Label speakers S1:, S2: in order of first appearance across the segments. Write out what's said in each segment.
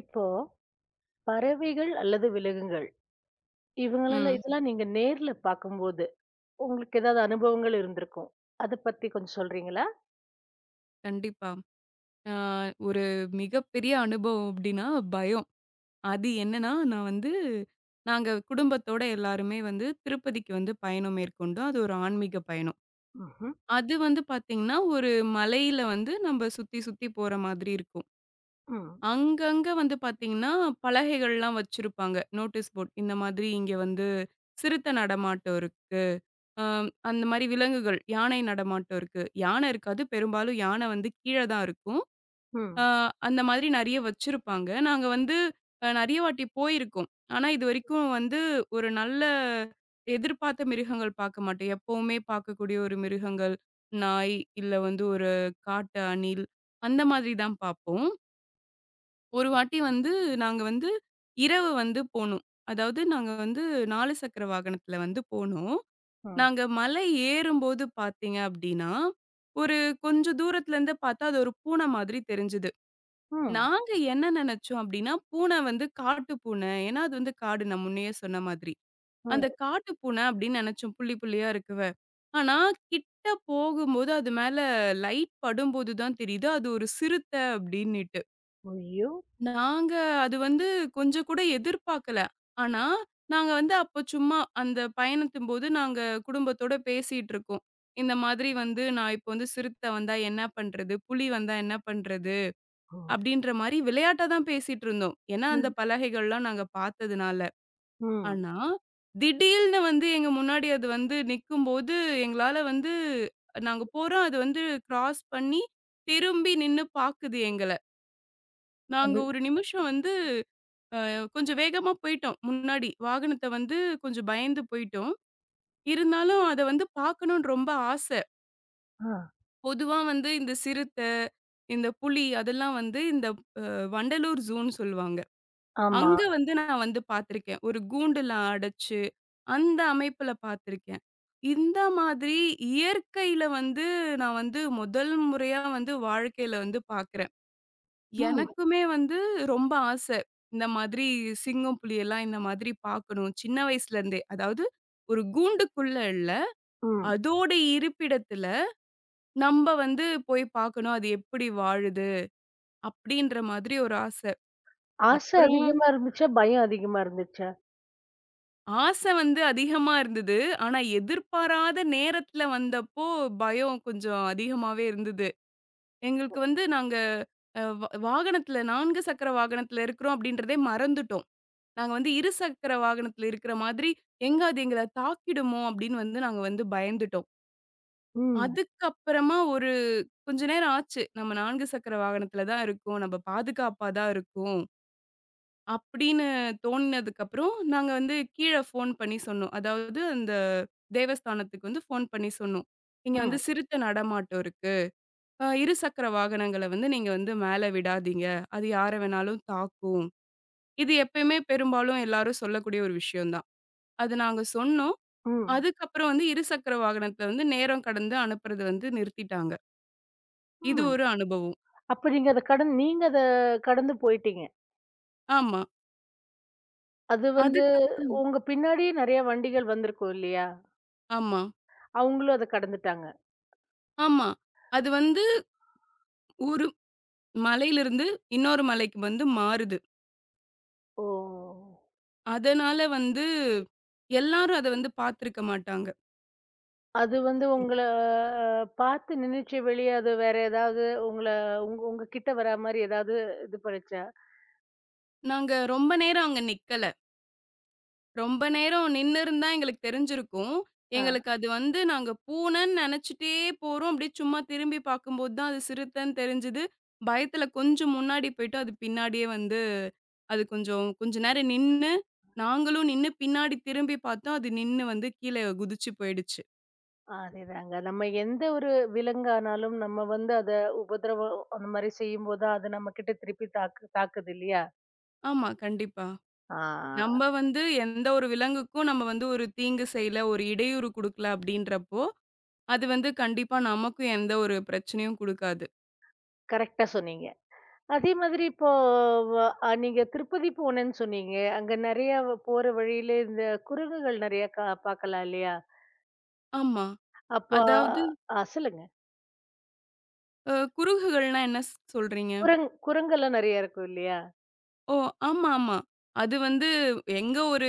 S1: இப்போ பறவைகள் அல்லது விலங்குகள்
S2: ம்.
S1: இதெல்லாம் நீங்க நேர்ல பார்க்கும்போது உங்களுக்கு ஏதாவது அனுபவங்கள் இருந்திருக்கும். அத பத்தி கொஞ்சம் சொல்றீங்களா?
S2: கண்டிப்பா. ஆ ஒரு மிகப்பெரிய அனுபவம் அப்டின்னா, பயம். அது என்னன்னா, நான் வந்து நாங்க குடும்பத்தோட எல்லாருமே வந்து திருப்பதிக்கு வந்து பயணம் மேற்கொண்டோம். அது ஒரு ஆன்மீக பயணம்.
S1: ம்ஹ்ம்.
S2: அது வந்து பாத்தீங்கன்னா, ஒரு மலையில வந்து நம்ப சுத்தி சுத்தி போற மாதிரி இருக்கும்.
S1: ம்.
S2: அங்கங்க வந்து பாத்தீங்கன்னா, பலகைகள்லாம் வச்சிருப்பாங்க. Notice board. இந்த மாதிரி இங்க வந்து சிறுத்தை நடமாட்டம் இருக்கு. அ அந்த மாரி விலங்குகள், யானை நடமாட்டம் இருக்கு. யானை இருக்காது. பெரும்பாலும் யானை வந்து கீழ தான் இருக்கும்.
S1: ம்.
S2: ஆ, அந்த மாதிரி நெறைய வச்சிருப்பாங்க. நாங்க வந்து நெறைய வாட்டி போயிருக்கோம். ஆனா, இதுவரைக்கும் வந்து ஒரு நல்ல எதிர்பார்த்த மிருகங்கள் பார்க்க மாட்டோம். எப்பவுமே பார்க்கக்கூடிய ஒரு மிருகங்கள், நாய், இல்ல வந்து ஒரு காட்டு அணில், அந்த மாதிரி தான் பார்ப்போம். ஒரு வாட்டி வந்து நாங்க வந்து இரவு வந்து போனோம். அதாவது நாங்க வந்து 4 சக்கர வாகனத்துல வந்து போனோம்.
S1: ம்.
S2: நாங்க மலை ஏறும்போது பார்த்தீங்க அப்டின்னா, ஒரு கொஞ்சம் தூரத்துலருந்து பார்த்தா அது ஒரு பூனை மாதிரி தெரிஞ்சது.
S1: ம்.
S2: நாங்க என்ன நெனச்சோம் அப்டின்னா, பூனை வந்து காட்டு பூனை. ஏன்னா, அது வந்து காடு நான் முன்னயே சொன்ன மாதிரி.
S1: ம்.
S2: அந்த காட்டு பூனை அப்டின்னு நெனச்சோம். புள்ளி புள்ளியா இருக்குவ. ஆனா, கிட்ட போகும்போது அது மேல லைட் படும்போது தான் தெரியுது, அது ஒரு சிறுத்தை அப்டின்னுட்டு.
S1: ஐயோ!
S2: நாங்க அது வந்து கொஞ்சம் கூட எதிர்பார்க்கல. ஆனா, நாங்க வந்து அப்ப சும்மா அந்த பயணத்தின்போது நாங்க குடும்பத்தோட பேசிட்டு இருக்கோம். இந்த மாதிரி வந்து, "நான் இப்போ வந்து சிறுத்தை வந்தா என்ன பண்றது? புலி வந்தா என்ன பண்றது?"
S1: ம்.
S2: அப்படின்ற மாரி விளையாட்டா தான் பேசிட்டு இருந்தோம். ஏன்னா, அந்த
S1: ம்.
S2: பலகைகள்லாம் நாங்க பார்த்ததுனால.
S1: ம்.
S2: ஆனா, திடீல்னு வந்து எங்க முன்னாடி அது வந்து நிக்கும்போது, எங்களால வந்து நாங்க போறோம். அது வந்து கிராஸ் பண்ணி, திரும்பி நின்னு பாக்குது எங்கள. நாங்க
S1: அது
S2: ஒரு நிமிஷம் வந்து கொஞ்சம் வேகமா போயிட்டோம் முன்னாடி. வாகனத்த வந்து கொஞ்சம் பயந்து போயிட்டோம். இருந்தாலும் அத வந்து பார்க்கணும்னு ரொம்ப ஆசை.
S1: ஆ.
S2: பொதுவா வந்து இந்த சிறுத்தை, இந்த புலி அதெல்லாம் வந்து இந்த வண்டலூர் ஜூன்னு சொல்லுவாங்க.
S1: ஆமா.
S2: அங்க வந்து நான் வந்து பார்த்திருக்கேன். ஒரு கூண்டுல அடைச்சு, அந்த அமைப்புல பார்த்திருக்கேன். இந்த மாதிரி இயற்கையில வந்து நான் வந்து முதல் முறையா வந்து வாழ்க்கையில வந்து பார்க்குறேன்.
S1: ம்.
S2: எனக்குமே வந்து ரொம்ப ஆசை. இந்த மாதிரி சிங்கம், புலியெல்லாம் இந்த மாதிரி பார்க்கணும். சின்ன வயசுலேருந்தே. அதாவது ஒரு கூண்டுக்குள்ள இல்ல.
S1: ம்.
S2: அதோட இருப்பிடத்துல நம்ப வந்து போய் பார்க்கணும். அது எப்படி வாழுது? அப்படின்ற மாதிரி ஒரு ஆசை.
S1: ஆசை
S2: அப்புறம்
S1: அதிகமா இருந்துச்சா? பயம் அதிகமா இருந்துச்சா?
S2: ஆசை வந்து அதிகமா இருந்தது. ஆனா, எதிர்பாராத நேரத்துல வந்தப்போ, பயம் கொஞ்சம் அதிகமாவே இருந்தது. எங்களுக்கு வந்து நாங்க அ வ வாகனத்துல 4 சக்கர வாகனத்துல இருக்கிறோம் அப்படின்றதே மறந்துட்டோம். நாங்க வந்து இருசக்கர வாகனத்துல இருக்கிற மாதிரி, எங்க அது எங்கள தாக்கிடுமோ அப்படின்னு வந்து நாங்க வந்து பயந்துட்டோம்.
S1: ம்.
S2: அதுக்கப்புறமா ஒரு கொஞ்ச நேரம் ஆச்சு. நம்ம 4 சக்கர வாகனத்துல தான் இருக்கோம். நம்ம பாதுகாப்பா தான் இருக்கோம். அப்படின்னு தோணுனதுக்கப்புறம், நாங்க வந்து கீழ ஃபோன் பண்ணி சொன்னோம். அதாவது அந்த தேவஸ்தானத்துக்கு வந்து ஃபோன் பண்ணி சொன்னோம். "இங்க
S1: ம்.
S2: வந்து சிறுத்தை நடமாட்டம் இருக்கு. இருசக்கர வாகனங்கள வந்து நீங்க வந்து மேல விடாதீங்க. அது யார வேணாலும் தாக்கும்." இது எப்பயுமே பெரும்பாலும் எல்லாரும் சொல்லக்கூடிய ஒரு விஷயம் தான். அது நாங்க சொன்னோம்.
S1: ம்.
S2: அதுக்கப்புறம் வந்து இருசக்கர வாகனத்த வந்து நேரம் கடந்து அனுப்புறது வந்து நிறுத்திட்டாங்க. இது
S1: ம்.
S2: ஒரு அனுபவம்.
S1: அப்ப நீங்க அத கடந்து போயிட்டீங்க.
S2: ஆமா.
S1: அது வந்து
S2: அதுக்கப்புறம்
S1: உங்க பின்னாடியே நெறைய வண்டிகள் வந்திருக்கும் இல்லையா?
S2: ஆமா,
S1: அவங்களும் அத கடந்துட்டாங்க.
S2: ஆமா. அது வந்து ஒரு மலையிலிருந்து இன்னொரு மலைக்கு வந்து மாறுது.
S1: ஓ!
S2: அதனால வந்து எல்லாரும் அத வந்து பார்த்திருக்க மாட்டாங்க.
S1: அது வந்து உங்கள பார்த்து நின்னுச்சு வெளிய அது வேற ஏதாவது உங்கள உங்க உங்க கிட்ட வரா மாரி ஏதாவது இது பண்ணுச்சா?
S2: நாங்க ரொம்ப நேரம் அங்க நிக்கல. ரொம்ப நேரம் நின்னிருந்தா எங்களுக்கு தெரிஞ்சிருக்கும்.
S1: ஆ.
S2: எங்களுக்கு அது வந்து நாங்க பூனைன்னு நெனச்சுட்டே போறோம். அப்படியே சும்மா திரும்பி பார்க்கும்போது தான் அது சிறுத்தைன்னு தெரிஞ்சது. பயத்துல கொஞ்சம் முன்னாடி போயிட்டு அது பின்னாடியே வந்து அது கொஞ்சம் கொஞ்ச நேரம் நின்னு, நாங்களும் நின்னு பின்னாடி திரும்பி பார்த்தோம். அது நின்னு வந்து கீழ குதிச்சு போயிடுச்சு.
S1: அதேதாங்க. நம்ம எந்த ஒரு விலங்கானாலும் நம்ம வந்து அத உபதிரவம் அந்த மாரி செய்யும்போது தான் அது நம்ம கிட்ட திருப்பி தாக்குது இல்லையா?
S2: ஆமா, கண்டிப்பா.
S1: ஆ.
S2: நம்ம வந்து எந்த ஒரு விலங்குக்கும் நம்ம வந்து ஒரு தீங்கு செய்யல, ஒரு இடையூறு குடுக்கல அப்படின்றப்போ, அது வந்து கண்டிப்பா நமக்கும் எந்த ஒரு பிரச்சனையும் குடுக்காது.
S1: கரெக்ட்டா சொன்னீங்க. அதே மாதிரி இப்போ வ அ நீங்க திருப்பதி போனேன்னு சொன்னீங்க. அங்க நெறைய போற வழியில இந்த குரங்குகள் நெறைய பார்க்கலாம் இல்லையா?
S2: ஆமா.
S1: அப்போ
S2: அதாவது
S1: சொல்லுங்க.
S2: குருகுகள்னா என்ன சொல்றீங்க?
S1: குரங்கெல்லாம் நெறைய இருக்கும் இல்லையா?
S2: ஓ! ஆமா, ஆமா. அது வந்து எங்க ஒரு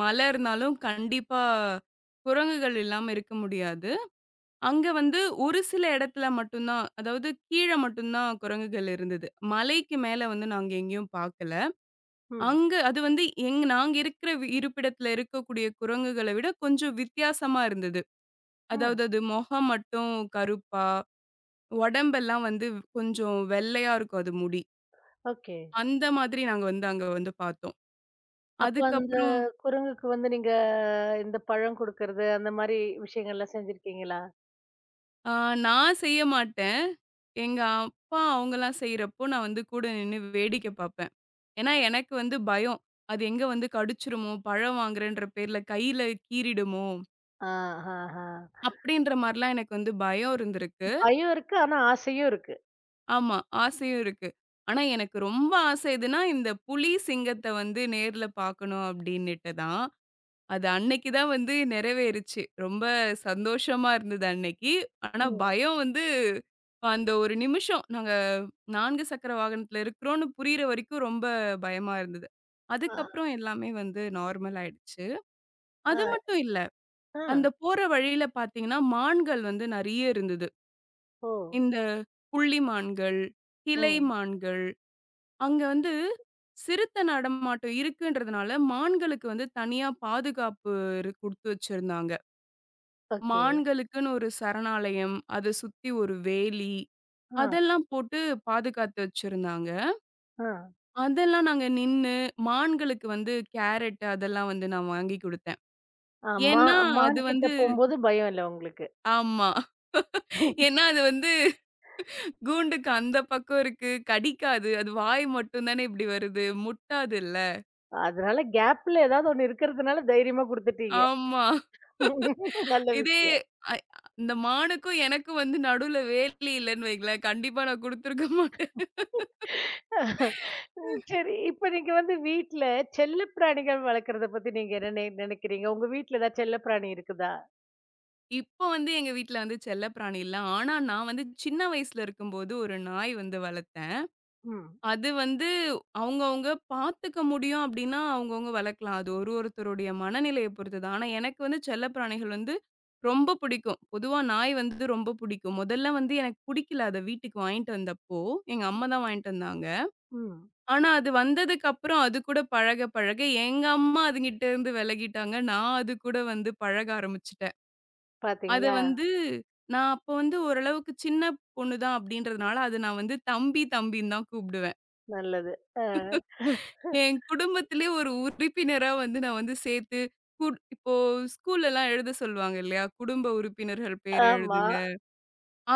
S2: மலை இருந்தாலும் கண்டிப்பா குரங்குகள் இல்லாம இருக்க முடியாது. அங்க வந்து ஒரு சில இடத்துல மட்டும் தான், அதாவது கீழ மட்டும் தான் குரங்குகள் இருந்தது. மலைக்கு மேல வந்து நாங்க எங்கேயும் பாக்கல.
S1: ம்.
S2: அங்க அது வந்து நாங்க இருக்கிற இருப்பிடத்துல இருக்கக்கூடிய குரங்குகளை விட கொஞ்சம் வித்தியாசமா இருந்தது.
S1: ம்.
S2: அதாவது அது முகம் மட்டும் கருப்பா, உடம்பெல்லாம் வந்து கொஞ்சம் வெள்ளையா இருக்கும் அது முடி.
S1: ஓகே.
S2: அந்த மாதிரி நாங்க வந்து அங்க வந்து பார்த்தோம்.
S1: அப்ப அந்த
S2: அதுக்கப்புறம்
S1: குரங்குக்கு வந்து நீங்க இந்த பழம் குடுக்கறது, அந்த மாரி விஷயங்கள்லாம் செஞ்சிருக்கீங்களா?
S2: நான் செய்ய மாட்டேன். எங்க அப்பா அவங்கெல்லாம் செய்யறப்போ நான் வந்து கூட நின்று வேடிக்கை பார்ப்பேன். ஏன்னா எனக்கு வந்து பயம். அது எங்க வந்து கடிச்சிருமோ பழம் வாங்குறேன்ற பேர்ல கையில கீறிடுமோ
S1: ஆ, ஆ, ஆ.
S2: அப்படின்ற மாதிரிலாம் எனக்கு வந்து பயம் இருந்திருக்கு.
S1: பயம் இருக்கு. ஆனா ஆசையும் இருக்கு.
S2: ஆமா. ஆசையும் இருக்கு. ஆனா எனக்கு ரொம்ப ஆசை எதுன்னா, இந்த புலி, சிங்கத்த வந்து நேர்ல பார்க்கணும் அப்டின்னுட்டு தான். அது அன்னைக்கு தான் வந்து நிறைவேறுச்சு. ரொம்ப சந்தோஷமா இருந்தது அன்னைக்கு. ஆனா
S1: ம்.
S2: பயம் வந்து அந்த ஒரு நிமிஷம் நாங்க 4 சக்கர வாகனத்துல இருக்கிறோம்னு புரியிற வரைக்கும் ரொம்ப பயமா இருந்தது.
S1: ஆ,
S2: அதுக்கப்புறம் எல்லாமே வந்து நார்மல் ஆயிடுச்சு.
S1: ஆ,
S2: அது மட்டும் இல்ல.
S1: ஆ.
S2: அந்த போற வழியில பார்த்தீங்கன்னா, மான்கள் வந்து நெறைய இருந்தது.
S1: ஓ!
S2: இந்த புள்ளி மான்கள், கிளை
S1: ம்.
S2: மான்கள் அங்க வந்து சிறுத்தை நடமாட்டம் இருக்குன்றதுனால, மான்களுக்கு வந்து தனியா பாதுகாப்பு குடுத்து வச்சிருந்தாங்க.
S1: ஓகே.
S2: மான்களுக்குன்னு ஒரு சரணாலயம், அத சுத்தி ஒரு வேலி,
S1: ஆ,
S2: அதெல்லாம் போட்டு பாதுகாத்து வச்சிருந்தாங்க.
S1: ஆ.
S2: அதெல்லாம் நாங்க நின்னு, மான்களுக்கு வந்து கேரட் அதெல்லாம் வந்து நான் வாங்கி குடுத்தேன்.
S1: ஆ மா
S2: ஏன்னா,
S1: மான்
S2: அது
S1: கிட்ட
S2: வந்து
S1: போம்போது பயம் இல்ல உங்களுக்கு.
S2: ஆமா. ஏன்னா அது வந்து கூண்டுக்கு அந்த பக்கம் இருக்கு, கடிக்காது. அது வாய் மட்டும் தானே இப்படி வருது, முட்டாதுல்ல.
S1: அதனால கேப்ல ஏதாவது ஒண்ணு இருக்கிறதுனால தைரியமா குடுத்துட்டீங்க.
S2: ஆமா.
S1: நல்ல
S2: இதே
S1: விஷயம்.
S2: அ இந்த மானுக்கும் எனக்கும் வந்து நடுவுல வேலி இல்லன்னு வைங்களேன், கண்டிப்பா நான் குடுத்துருக்க மாட்டேன்.
S1: ம், சரி. இப்ப நீங்க வந்து வீட்ல செல்ல பிராணிகள் வளர்க்கறத பத்தி நீங்க என்ன நெனைக்கிறீங்க? உங்க வீட்ல ஏதாவது செல்ல பிராணி இருக்குதா?
S2: இப்போ வந்து எங்க வீட்ல வந்து செல்லப்பிராணி இல்ல. ஆனா நான் வந்து சின்ன வயசுல இருக்கும்போது ஒரு நாய் வந்து வளர்த்தேன்.
S1: ம்,
S2: அது வந்து அவங்கவங்க பார்த்துக்க முடியும் அப்டின்னா, அவங்கவங்க வளர்க்கலாம். அது ஒரு ஒருத்தருடைய மனநிலைய பொறுத்தது. ஆனா எனக்கு வந்து செல்லப்பிராணிகள் வந்து ரொம்ப பிடிக்கும். பொதுவா நாய் வந்து ரொம்ப பிடிக்கும். முதல்ல வந்து எனக்கு பிடிக்கல அத வீட்டுக்கு வாங்கிட்டு வந்தப்போ, எங்க அம்மா தான் வாங்கிட்டு வந்தாங்க.
S1: ம்.
S2: ஆனா, அது வந்ததுக்கப்புறம் அது கூட பழக, பழக எங்க அம்மா அதுகிட்ட இருந்து விலகிட்டாங்க. நான் அது கூட வந்து பழக ஆரம்பிச்சுட்டேன். அத
S1: பார்த்தீங்களா?
S2: வந்து நான் அப்ப வந்து ஓரளவுக்கு சின்ன பொண்ணு தான் அப்படின்றதுனால, அத நான் வந்து தம்பி, தம்பின்னு தான் கூப்பிடுவேன்.
S1: நல்லது. அ.
S2: என் குடும்பத்திலே ஒரு உறுப்பினரா வந்து நான் வந்து சேர்த்து இப்போ ஸ்கூல்லலாம் எழுத சொல்லுவாங்க இல்லையா? குடும்ப உறுப்பினர்கள் பேர்
S1: ஆமா.
S2: எழுதுங்க.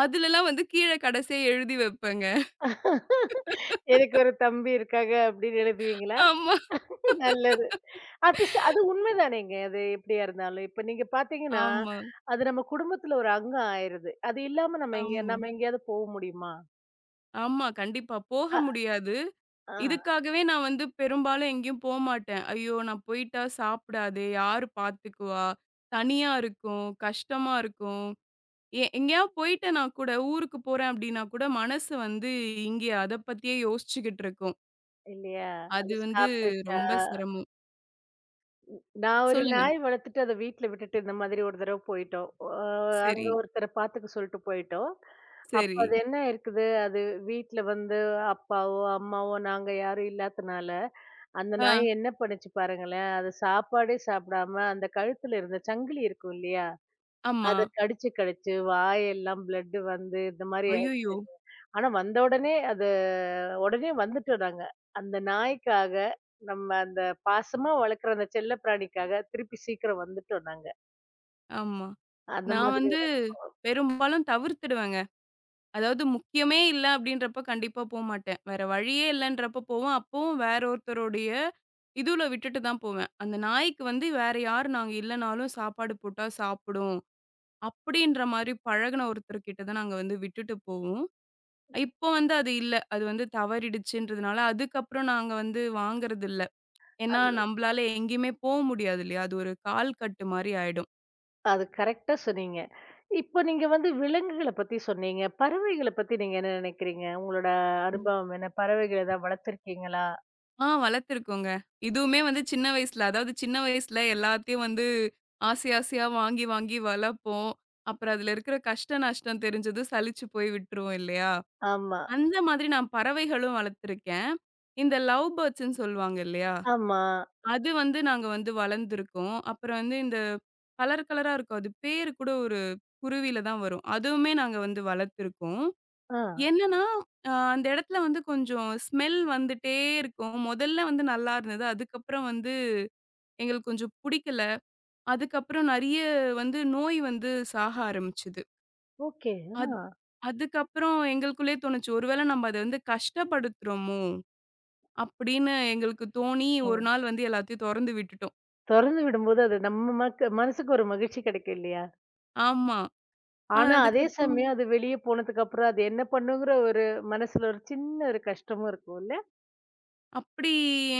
S2: அதுலலாம் வந்து கீழ கடைசியா எழுதி வைப்பேங்க.
S1: எனக்கு ஒரு தம்பி இருக்காங்க அப்படின்னு எழுதுவீங்களா?
S2: ஆமா,
S1: நல்லது. அது உண்மைதானேங்க. அது எப்படியா இருந்தாலும். இப்ப நீங்க பார்த்தீங்கன்னா,
S2: ஆமா,
S1: அது நம்ம குடும்பத்துல ஒரு அங்கம் ஆயிருது. அது இல்லாம
S2: ஆமா,
S1: நம்ம எங்கேயாவது போக முடியுமா?
S2: ஆமா. கண்டிப்பா. போக
S1: அ,
S2: முடியாது.
S1: ஆ,
S2: இதுக்காகவே நான் வந்து பெரும்பாலும் எங்கேயும் போமாட்டேன். ஐயோ! நான் போயிட்டா சாப்பிடாதே! யாரு பார்த்துக்குவா? தனியா இருக்கும். கஷ்டமா இருக்கும். எங்கேயாவது போயிட்டேன்னா கூட, ஊருக்கு போறேன் அப்டின்னா கூட மனசு வந்து இங்கே அத பத்தியே யோசிச்சுக்கிட்டு இருக்கும்.
S1: இல்லையா? அது
S2: அது வந்து
S1: சாப்பிட்டுச்சா?
S2: ரொம்ப சிரமம்.
S1: நான் ஒரு
S2: சொல்லுங்க.
S1: நாய் வளர்த்துட்டு அத வீட்ல விட்டுட்டு இந்த மாதிரி ஒரு தடவ போயிட்டோம். அ அங்க
S2: சரி,
S1: ஒருத்தர பாத்துக்க சொல்லிட்டு போயிட்டோம். அப்ப
S2: சரி.
S1: அது என்ன இருக்குது, அது வீட்ல வந்து அப்பாவோ, அம்மாவோ நாங்க யாரும் இல்லாதனால, அந்த
S2: ஆ,
S1: நாய் என்ன பண்ணுச்சு பாருங்களேன், அது சாப்பாடே சாப்பிடாம அந்த கழுத்துல இருந்த சங்கிலி இருக்கும் இல்லையா?
S2: ஆமா.
S1: அத கடிச்சு கடிச்சு வாயெல்லாம் பிளட் வந்து இந்த மாரி
S2: அய்யய்யோ!
S1: ஆனா வந்த உடனே அது உடனே வந்துட்டோம் நாங்க. அந்த நாய்க்காக நம்ம அந்த பாசமா வளர்க்குற அந்த செல்ல பிராணிக்காக திருப்பி சீக்கிரம் வந்துட்டோம் நாங்க.
S2: ஆமா.
S1: அந்த
S2: நான்
S1: மாதிரி
S2: வந்து
S1: ஒரு
S2: பெரும்பாலும் தவிர்த்துடுவேங்க. அதாவது முக்கியமே இல்ல அப்படின்றப்ப கண்டிப்பா போமாட்டேன். வேற வழியே இல்லன்றப்ப போவேன். அப்பவும் வேற ஒருத்தருடைய இதுல விட்டுட்டு தான் போவேன். அந்த நாய்க்கு வந்து வேற யாரு நாங்க இல்லனாலும் சாப்பாடு போட்டா சாப்பிடும். அப்படின்ற மாரி பழகுன ஒருத்தர்கிட்ட தான் நாங்க வந்து விட்டுட்டு போவோம். இப்போ வந்து அது இல்ல. அது வந்து தவறிடுச்சுன்றதுனால அதுக்கப்புறம் நாங்க வந்து வாங்குறதில்ல. ஏன்னா
S1: அது.
S2: நம்பளால எங்கேயுமே போ முடியாது இல்லையா? அது ஒரு கால் கட்டு மாரி ஆயிடும்.
S1: அது கரெக்ட்டா சொன்னீங்க. இப்போ நீங்க வந்து விலங்குகள பத்தி சொன்னீங்க. பறவைகள பத்தி நீங்க என்ன நினைக்கிறீங்க? உங்களோட அனுபவம் என்ன? பறவைகள் ஏதாவது வளர்த்துருக்கீங்களா?
S2: ஆ வளர்த்துருக்கோங்க. இதுவுமே வந்து சின்ன வயசுல, அதாவது சின்ன வயசுல எல்லாத்தையும் வந்து ஆசை ஆசையா வாங்கி வாங்கி வளர்ப்போம். அப்புறம் அதுல இருக்கிற கஷ்ட நஷ்டம் தெரிஞ்சது சலிச்சு போய் விட்டுருவோம் இல்லையா?
S1: ஆமா,
S2: அந்த மாதிரி நான் பறவைகளும் வளர்த்துருக்கேன். இந்த லவ் பேர்ட்ஸ்ன்னு சொல்லுவாங்க இல்லையா?
S1: ஆமா.
S2: அது வந்து நாங்க வந்து வளர்ந்துருக்கோம். அப்புறம் வந்து இந்த கலர் கலரா இருக்கும். அது பேரு கூட ஒரு குருவில தான் வரும். அதுவுமே நாங்க வந்து வளர்த்துருக்கோம்.
S1: ஆ.
S2: என்னன்னா, அந்த இடத்துல வந்து கொஞ்சம் ஸ்மெல் வந்துட்டே இருக்கும். முதல்ல வந்து நல்லா இருந்தது. அதுக்கப்புறம் வந்து எங்களுக்கு கொஞ்சம் புடிக்கல. அதுக்கப்புறம் நெறைய வந்து நோய் வந்து சாக ஆரம்பிச்சது.
S1: ஓகே.
S2: அது
S1: ஆ.
S2: அதுக்கப்புறம் எங்களுக்குள்ளயே தோணுச்சு, "ஒருவேள நம்ம அத வந்து கஷ்டப்படுத்துறோமோ?" அப்படின்னு எங்களுக்கு தோணி,
S1: ஓ!
S2: ஒரு நாள் வந்து எல்லாத்தையும் தொறந்து விட்டுட்டோம்.
S1: தொறந்து விடும்போது அது நம்ம மக்கு மனசுக்கு ஒரு மகிழ்ச்சி கிடைக்கும் இல்லையா?
S2: ஆமா.
S1: ஆனா, அதே
S2: அதுக்கப்புறம்
S1: சமயம் அது வெளிய போனதுக்கு அப்புறம் அது என்ன பண்ணுங்கிற ஒரு மனசுல ஒரு சின்ன ஒரு கஷ்டமும் இருக்கும்ல?
S2: அப்படி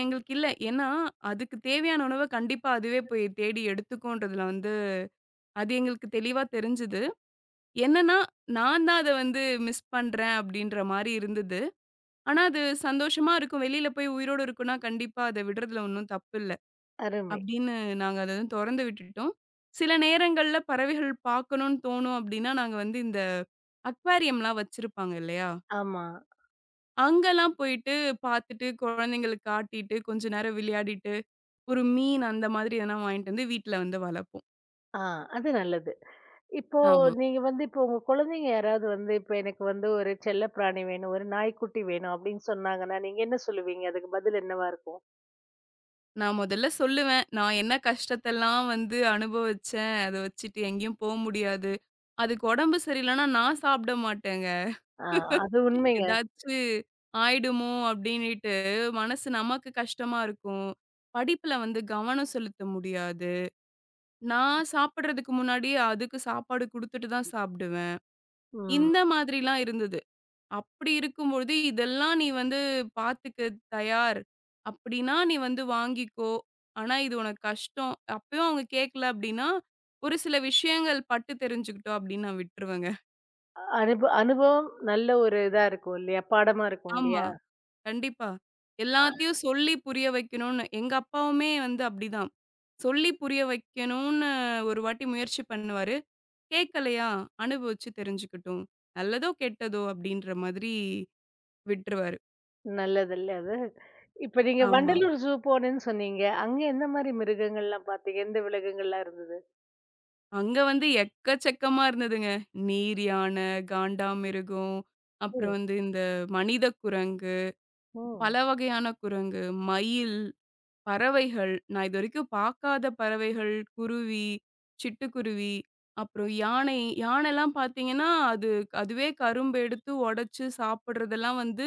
S2: எங்களுக்கு இல்ல. ஏன்னா, அதுக்கு தேவையான உணவ கண்டிப்பா அதுவே போய் தேடி எடுத்துக்குன்றதுல வந்து அது எங்களுக்கு தெளிவா தெரிஞ்சது. என்னன்னா, நான் தான் அத வந்து மிஸ் பண்றேன் அப்படின்ற மாரி இருந்தது. ஆனா, அது சந்தோஷமா இருக்கும். வெளியில போய் உயிரோட இருக்குன்னா, கண்டிப்பா அத விடுறதுல ஒண்ணும் தப்பில்ல.
S1: அருமை.
S2: அப்படின்னு நாங்க அத தொறந்து விட்டுட்டோம். சில நேரங்கள்ல பறவைகள் பார்க்கணும்னு தோணும் அப்படின்னா, நாங்க வந்து இந்த அக்வாரியம்லாம் வச்சிருப்பாங்க இல்லையா?
S1: ஆமா.
S2: அங்கலாம் போயிட்டு பார்த்துட்டு, குழந்தைங்களுக்கு காட்டிட்டு, கொஞ்ச நேரம் விளையாடிட்டு, ஒரு மீன் அந்த மாதிரி எதனா வாங்கிட்டு வந்து வீட்ல வந்து வளர்ப்போம்.
S1: ஆ, அது நல்லது. இப்போ
S2: ஆமா.
S1: நீங்க வந்து இப்போ உங்க குழந்தைங்க யாராவது வந்து இப்ப எனக்கு வந்து ஒரு செல்லப்பிராணி வேணும், ஒரு நாய்க்குட்டி வேணும் அப்படின்னு சொன்னாங்கன்னா, நீங்க என்ன சொல்லுவீங்க? அதுக்கு பதில் என்னவா இருக்கும்?
S2: நான் முதல்ல சொல்லுவேன். நான் என்ன கஷ்டத்தெல்லாம் வந்து அனுபவிச்சேன். அத வச்சுட்டு எங்கேயும் போ முடியாது. அதுக்கு உடம்பு சரியில்லன்னா நான் சாப்பிட மாட்டேங்க.
S1: ஆ, அது உண்மைங்க.
S2: ஏதாச்சு ஆயிடுமோ அப்டின்னுட்டு மனசு நமக்கு கஷ்டமா இருக்கும். படிப்புல வந்து கவனம் செலுத்த முடியாது. நான் சாப்பிடுறதுக்கு முன்னாடி அதுக்கு சாப்பாடு குடுத்துட்டு தான் சாப்பிடுவேன்.
S1: ம்.
S2: இந்த மாதிரிலாம் இருந்தது. அப்படி இருக்கும்பொழுது, "இதெல்லாம் நீ வந்து பார்த்துக்க தயார். அப்படின்னா நீ வந்து வாங்கிக்கோ. ஆனா இது உனக்கு கஷ்டம்." அப்பயும் அவங்க கேட்கல அப்படின்னா, ஒரு சில விஷயங்கள் பட்டு தெரிஞ்சுக்கிட்டோம் அப்படின்னு நான் விட்டுருவேங்க.
S1: அனுபவம் நல்ல ஒரு இதா இருக்கும் இல்லையா? பாடமா இருக்கும்
S2: ஆமா,
S1: இல்லையா?
S2: கண்டிப்பா.
S1: ஆ.
S2: எல்லாத்தையும் சொல்லி புரிய வைக்கணும்னு எங்க அப்பாவுமே வந்து அப்படிதான். சொல்லி புரிய வைக்கணும்னு ஒரு வாட்டி முயற்சி பண்ணுவாரு. கேட்கலையா, "அனுபவிச்சு தெரிஞ்சுக்கட்டும். நல்லதோ, கெட்டதோ" அப்படின்ற மாதிரி விட்டுருவாரு.
S1: நல்லது இல்ல அது. இப்ப நீங்க
S2: ஆமா.
S1: வண்டலூர் ஜூ போனேன்னு சொன்னீங்க. அங்க எந்த மாரி மிருகங்கள்லாம் பார்த்தீங்க? எந்த விலங்குகள்லாம் இருந்தது?
S2: அங்க வந்து எக்கச்சக்கமா இருந்ததுங்க. நீர் யானை, காண்டாமிருகம்,
S1: ஓ!
S2: அப்புறம் வந்து இந்த மனித குரங்கு,
S1: ஓ!
S2: பல வகையான குரங்கு, மயில், பறவைகள். நான் இதுவரைக்கும் பார்க்காத பறவைகள், குருவி, சிட்டுக்குருவி, அப்புறம் யானை. யானைலாம் பார்த்தீங்கன்னா, அது அதுவே கரும்பு எடுத்து உடைச்சு சாப்பிடுறதெல்லாம் வந்து,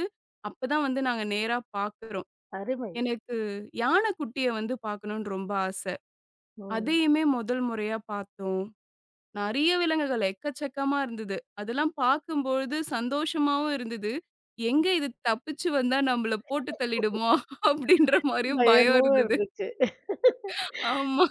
S2: அப்பதான் வந்து நாங்க நேரா பார்க்குறோம்.
S1: அருமை.
S2: எனக்கு யானை குட்டிய வந்து பார்க்கணும்னு ரொம்ப ஆசை.
S1: ம்.
S2: அதையுமே முதல் முறையா பார்த்தோம். நெறைய விலங்குகள் எக்கச்சக்கமா இருந்தது. அதெல்லாம் பார்க்கும்பொழுது சந்தோஷமாவும் இருந்தது. எங்க இது தப்பிச்சு வந்தா நம்மள போட்டு தள்ளிடுமோ? அப்டின்ற
S1: பெரிய
S2: மாரியும் பயம்
S1: பயமும்
S2: இருந்தது.
S1: இருந்துச்சு.
S2: ஆமா,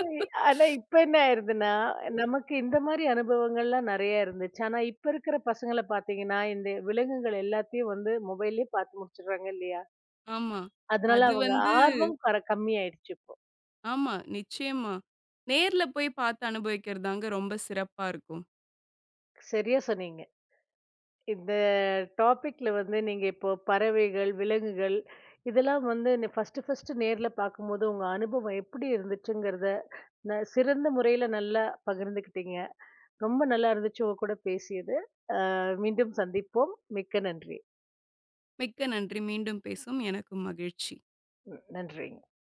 S1: ஏய், ஆனா, இப்ப என்ன ஆயிருதுன்னா, நமக்கு இந்த மாரி அனுபவங்கள்லாம் நெறைய இருந்துச்சு. ஆனா, இப்ப இருக்கிற பசங்கள பார்த்தீங்கன்னா, இந்த விலங்குகள் எல்லாத்தையும் வந்து மொபைல்லயே பார்த்து முடிச்சுடுறாங்க இல்லையா?
S2: ஆமா.
S1: அதனால
S2: அது
S1: அவங்க
S2: வந்து
S1: ஆர்வம் கம்மியாயிடுச்சு இப்போ.
S2: ஆமா, நிச்சயமா. நேர்ல போய் பார்த்து அனுபவிக்கிறதாங்க ரொம்ப சிறப்பா இருக்கும்.
S1: சரியா சொன்னீங்க. இந்த டாபிக்ல வந்து நீங்க இப்போ பறவைகள், விலங்குகள் இதெல்லாம் வந்து ஃபர்ஸ்ட் ஃபர்ஸ்ட் நேர்ல பார்க்கும்போது உங்க அனுபவம் எப்படி இருந்துச்சுங்கிறத சிறந்த முறையில நல்லா பகிர்ந்துக்கிட்டீங்க. ரொம்ப நல்லா இருந்துச்சு உங்க கூட பேசியது. அ மீண்டும் சந்திப்போம். மிக்க நன்றி.
S2: மிக்க நன்றி. மீண்டும் பேசுவோம். எனக்கும் மகிழ்ச்சி.
S1: ம், நன்றிங்க.